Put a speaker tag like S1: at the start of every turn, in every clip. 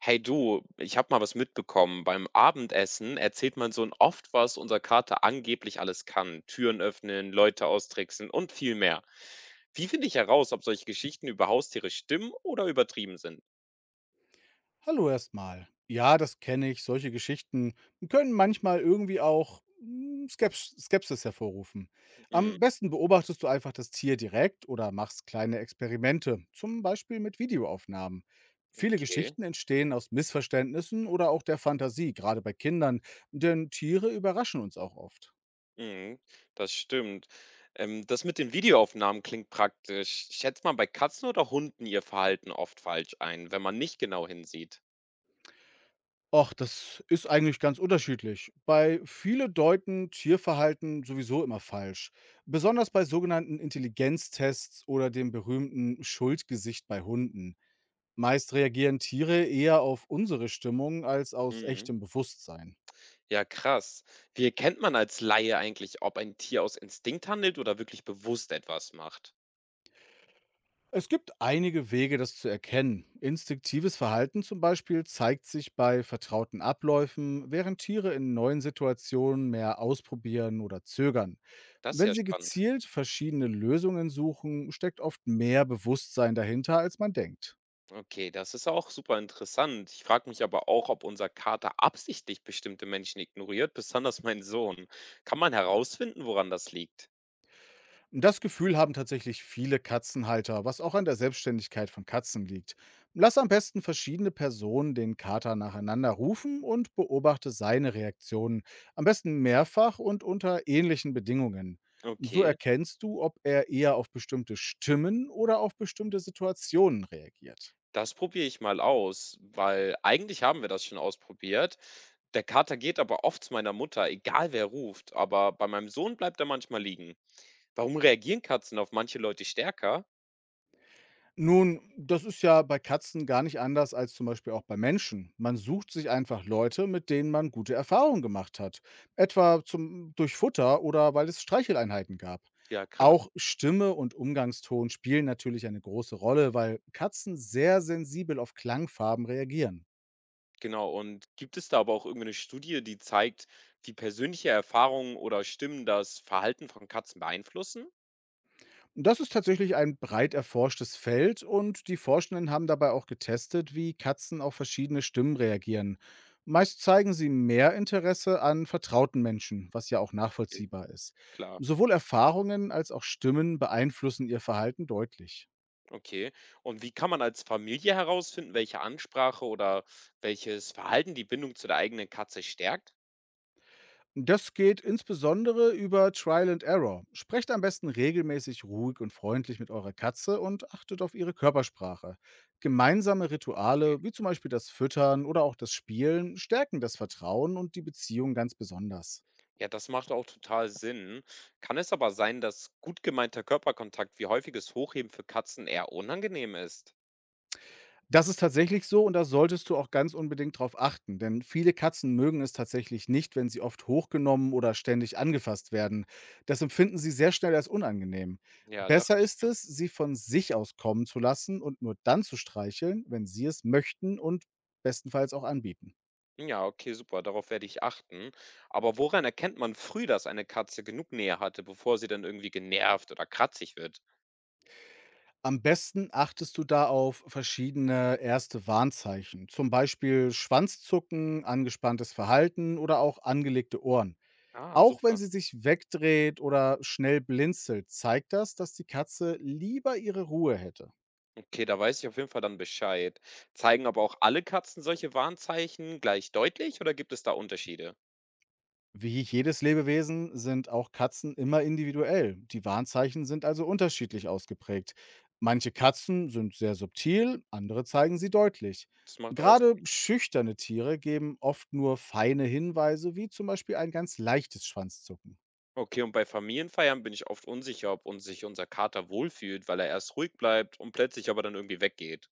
S1: Hey du, ich habe mal was mitbekommen. Beim Abendessen erzählt mein Sohn oft, was unser Kater angeblich alles kann. Türen öffnen, Leute austricksen und viel mehr. Wie finde ich heraus, ob solche Geschichten über Haustiere stimmen oder übertrieben sind?
S2: Hallo erstmal. Ja, das kenne ich. Solche Geschichten können manchmal irgendwie auch Skepsis hervorrufen.
S1: Mm,
S2: Am besten beobachtest du einfach das Tier direkt oder machst kleine Experimente, zum Beispiel mit Videoaufnahmen. Viele
S1: okay,
S2: Geschichten entstehen aus Missverständnissen oder auch der Fantasie, gerade bei Kindern, denn Tiere überraschen uns auch oft.
S1: mm, das stimmt. Das mit den Videoaufnahmen klingt praktisch. Schätzt man bei Katzen oder Hunden ihr Verhalten oft falsch ein, wenn man nicht genau hinsieht?
S2: Och, das ist eigentlich ganz unterschiedlich. Bei viele deuten Tierverhalten sowieso immer falsch. Besonders bei sogenannten Intelligenztests oder dem berühmten Schuldgesicht bei Hunden. Meist reagieren Tiere eher auf unsere Stimmung als aus echtem Bewusstsein.
S1: Ja, krass. Wie erkennt man als Laie eigentlich, ob ein Tier aus Instinkt handelt oder wirklich bewusst etwas macht?
S2: Es gibt einige Wege, das zu erkennen. Instinktives Verhalten zum Beispiel zeigt sich bei vertrauten Abläufen, während Tiere in neuen Situationen mehr ausprobieren oder zögern.
S1: Das ist
S2: Wenn
S1: ja
S2: sie
S1: spannend.
S2: gezielt verschiedene Lösungen suchen, steckt oft mehr Bewusstsein dahinter, als man denkt.
S1: Okay, das ist auch super interessant. Ich frage mich aber auch, ob unser Kater absichtlich bestimmte Menschen ignoriert, besonders mein Sohn. Kann man herausfinden, woran das liegt?
S2: Das Gefühl haben tatsächlich viele Katzenhalter, was auch an der Selbstständigkeit von Katzen liegt. Lass am besten verschiedene Personen den Kater nacheinander rufen und beobachte seine Reaktionen, am besten mehrfach und unter ähnlichen Bedingungen. So
S1: Okay,
S2: erkennst du, ob er eher auf bestimmte Stimmen oder auf bestimmte Situationen reagiert.
S1: das probiere ich mal aus, weil eigentlich haben wir das schon ausprobiert. Der Kater geht aber oft zu meiner Mutter, egal wer ruft, aber bei meinem Sohn bleibt er manchmal liegen. Warum reagieren Katzen auf manche Leute stärker?
S2: Nun, das ist ja bei Katzen gar nicht anders als zum Beispiel auch bei Menschen. Man sucht sich einfach Leute, mit denen man gute Erfahrungen gemacht hat. Etwa durch Futter oder weil es Streicheleinheiten gab.
S1: Ja, krass,
S2: Auch Stimme und Umgangston spielen natürlich eine große Rolle, weil Katzen sehr sensibel auf Klangfarben reagieren.
S1: genau. Und gibt es da aber auch irgendwie 'ne Studie, die zeigt, wie persönliche Erfahrungen oder Stimmen das Verhalten von Katzen beeinflussen?
S2: Das ist tatsächlich ein breit erforschtes Feld und die Forschenden haben dabei auch getestet, wie Katzen auf verschiedene Stimmen reagieren. Meist zeigen sie mehr Interesse an vertrauten Menschen, was ja auch
S1: Okay,
S2: nachvollziehbar ist.
S1: klar,
S2: Sowohl Erfahrungen als auch Stimmen beeinflussen ihr Verhalten deutlich.
S1: okay. Und wie kann man als Familie herausfinden, welche Ansprache oder welches Verhalten die Bindung zu der eigenen Katze stärkt?
S2: Das geht insbesondere über Trial and Error. Sprecht am besten regelmäßig ruhig und freundlich mit eurer Katze und achtet auf ihre Körpersprache. Gemeinsame
S1: Okay.
S2: Rituale, wie zum Beispiel das Füttern oder auch das Spielen, stärken das Vertrauen und die Beziehung ganz besonders.
S1: Ja, das macht auch total Sinn. Kann es aber sein, dass gut gemeinter Körperkontakt wie häufiges Hochheben für Katzen eher unangenehm ist?
S2: Das ist tatsächlich so und da solltest du auch ganz unbedingt drauf achten, denn viele Katzen mögen es tatsächlich nicht, wenn sie oft hochgenommen oder ständig angefasst werden. Das empfinden sie sehr schnell als unangenehm.
S1: Ja, dachte
S2: Besser
S1: ich
S2: ist
S1: mir.
S2: es, sie von sich aus kommen zu lassen und nur dann zu streicheln, wenn sie es möchten und bestenfalls auch anbieten.
S1: Ja, okay, super, darauf werde ich achten. Aber woran erkennt man früh, dass eine Katze genug Nähe hatte, bevor sie dann irgendwie genervt oder kratzig wird?
S2: Am besten achtest du da auf verschiedene erste Warnzeichen, zum Beispiel Schwanzzucken, angespanntes Verhalten oder auch angelegte Ohren.
S1: Ah,
S2: Auch wenn
S1: super.
S2: sie sich wegdreht oder schnell blinzelt, zeigt das, dass die Katze lieber ihre Ruhe hätte.
S1: Okay, da weiß ich auf jeden Fall dann Bescheid. Zeigen aber auch alle Katzen solche Warnzeichen gleich deutlich oder gibt es da Unterschiede?
S2: Wie jedes Lebewesen sind auch Katzen immer individuell. Die Warnzeichen sind also unterschiedlich ausgeprägt. Manche Katzen sind sehr subtil, andere zeigen sie deutlich.
S1: Das macht auch Sinn.
S2: Gerade schüchterne Tiere geben oft nur feine Hinweise, wie zum Beispiel ein ganz leichtes Schwanzzucken.
S1: Okay, und bei Familienfeiern bin ich oft unsicher, ob uns sich unser Kater wohlfühlt, weil er erst ruhig bleibt und plötzlich aber dann irgendwie weggeht.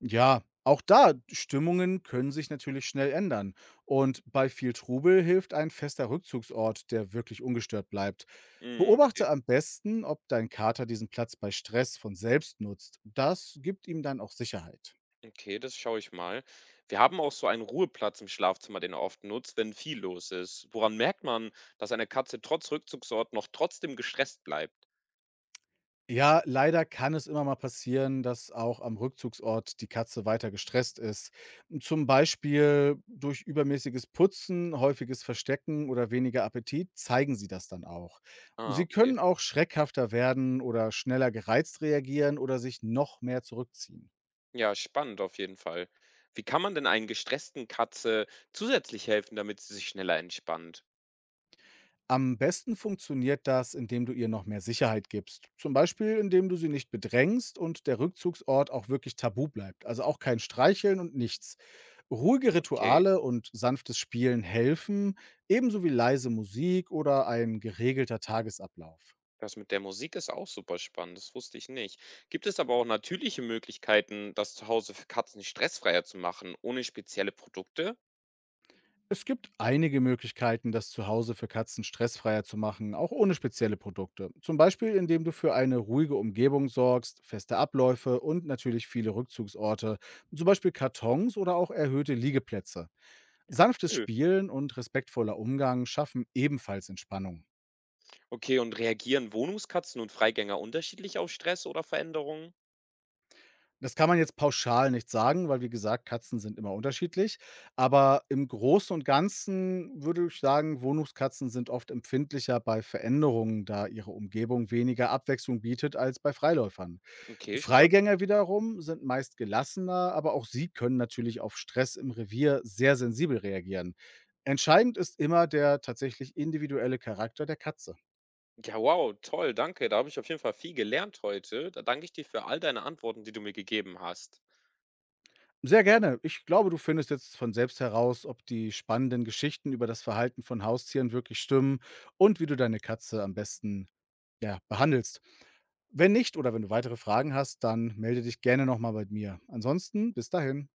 S2: Ja, auch da, Stimmungen können sich natürlich schnell ändern. Und bei viel Trubel hilft ein fester Rückzugsort, der wirklich ungestört bleibt.
S1: Mm,
S2: Beobachte
S1: okay.
S2: am besten, ob dein Kater diesen Platz bei Stress von selbst nutzt. Das gibt ihm dann auch Sicherheit.
S1: Okay, das schaue ich mal. Wir haben auch so einen Ruheplatz im Schlafzimmer, den er oft nutzt, wenn viel los ist. Woran merkt man, dass eine Katze trotz Rückzugsort noch trotzdem gestresst bleibt?
S2: Ja, leider kann es immer mal passieren, dass auch am Rückzugsort die Katze weiter gestresst ist. Zum Beispiel durch übermäßiges Putzen, häufiges Verstecken oder weniger Appetit zeigen sie das dann auch.
S1: Ah,
S2: Sie
S1: okay.
S2: können auch schreckhafter werden oder schneller gereizt reagieren oder sich noch mehr zurückziehen.
S1: Ja, spannend auf jeden Fall. Wie kann man denn einen gestressten Katze zusätzlich helfen, damit sie sich schneller entspannt?
S2: Am besten funktioniert das, indem du ihr noch mehr Sicherheit gibst. Zum Beispiel, indem du sie nicht bedrängst und der Rückzugsort auch wirklich tabu bleibt. Also auch kein Streicheln und nichts. Ruhige
S1: Okay.
S2: Rituale und sanftes Spielen helfen, ebenso wie leise Musik oder ein geregelter Tagesablauf.
S1: Das mit der Musik ist auch super spannend, das wusste ich nicht. Gibt es aber auch natürliche Möglichkeiten, das Zuhause für Katzen stressfreier zu machen, ohne spezielle Produkte?
S2: Es gibt einige Möglichkeiten, das Zuhause für Katzen stressfreier zu machen, auch ohne spezielle Produkte. Zum Beispiel, indem du für eine ruhige Umgebung sorgst, feste Abläufe und natürlich viele Rückzugsorte, zum Beispiel Kartons oder auch erhöhte Liegeplätze.
S1: Ja,
S2: Sanftes
S1: cool.
S2: Spielen und respektvoller Umgang schaffen ebenfalls Entspannung.
S1: Okay, und reagieren Wohnungskatzen und Freigänger unterschiedlich auf Stress oder Veränderungen?
S2: Das kann man jetzt pauschal nicht sagen, weil wie gesagt, Katzen sind immer unterschiedlich. Aber im Großen und Ganzen würde ich sagen, Wohnungskatzen sind oft empfindlicher bei Veränderungen, da ihre Umgebung weniger Abwechslung bietet als bei Freiläufern.
S1: Okay, spannend.
S2: Freigänger wiederum sind meist gelassener, aber auch sie können natürlich auf Stress im Revier sehr sensibel reagieren. Entscheidend ist immer der tatsächlich individuelle Charakter der Katze.
S1: Ja, wow, toll, danke. Da habe ich auf jeden Fall viel gelernt heute. Da danke ich dir für all deine Antworten, die du mir gegeben hast.
S2: Sehr gerne. Ich glaube, du findest jetzt von selbst heraus, ob die spannenden Geschichten über das Verhalten von Haustieren wirklich stimmen und wie du deine Katze am besten ja, behandelst. Wenn nicht oder wenn du weitere Fragen hast, dann melde dich gerne nochmal bei mir. Ansonsten bis dahin.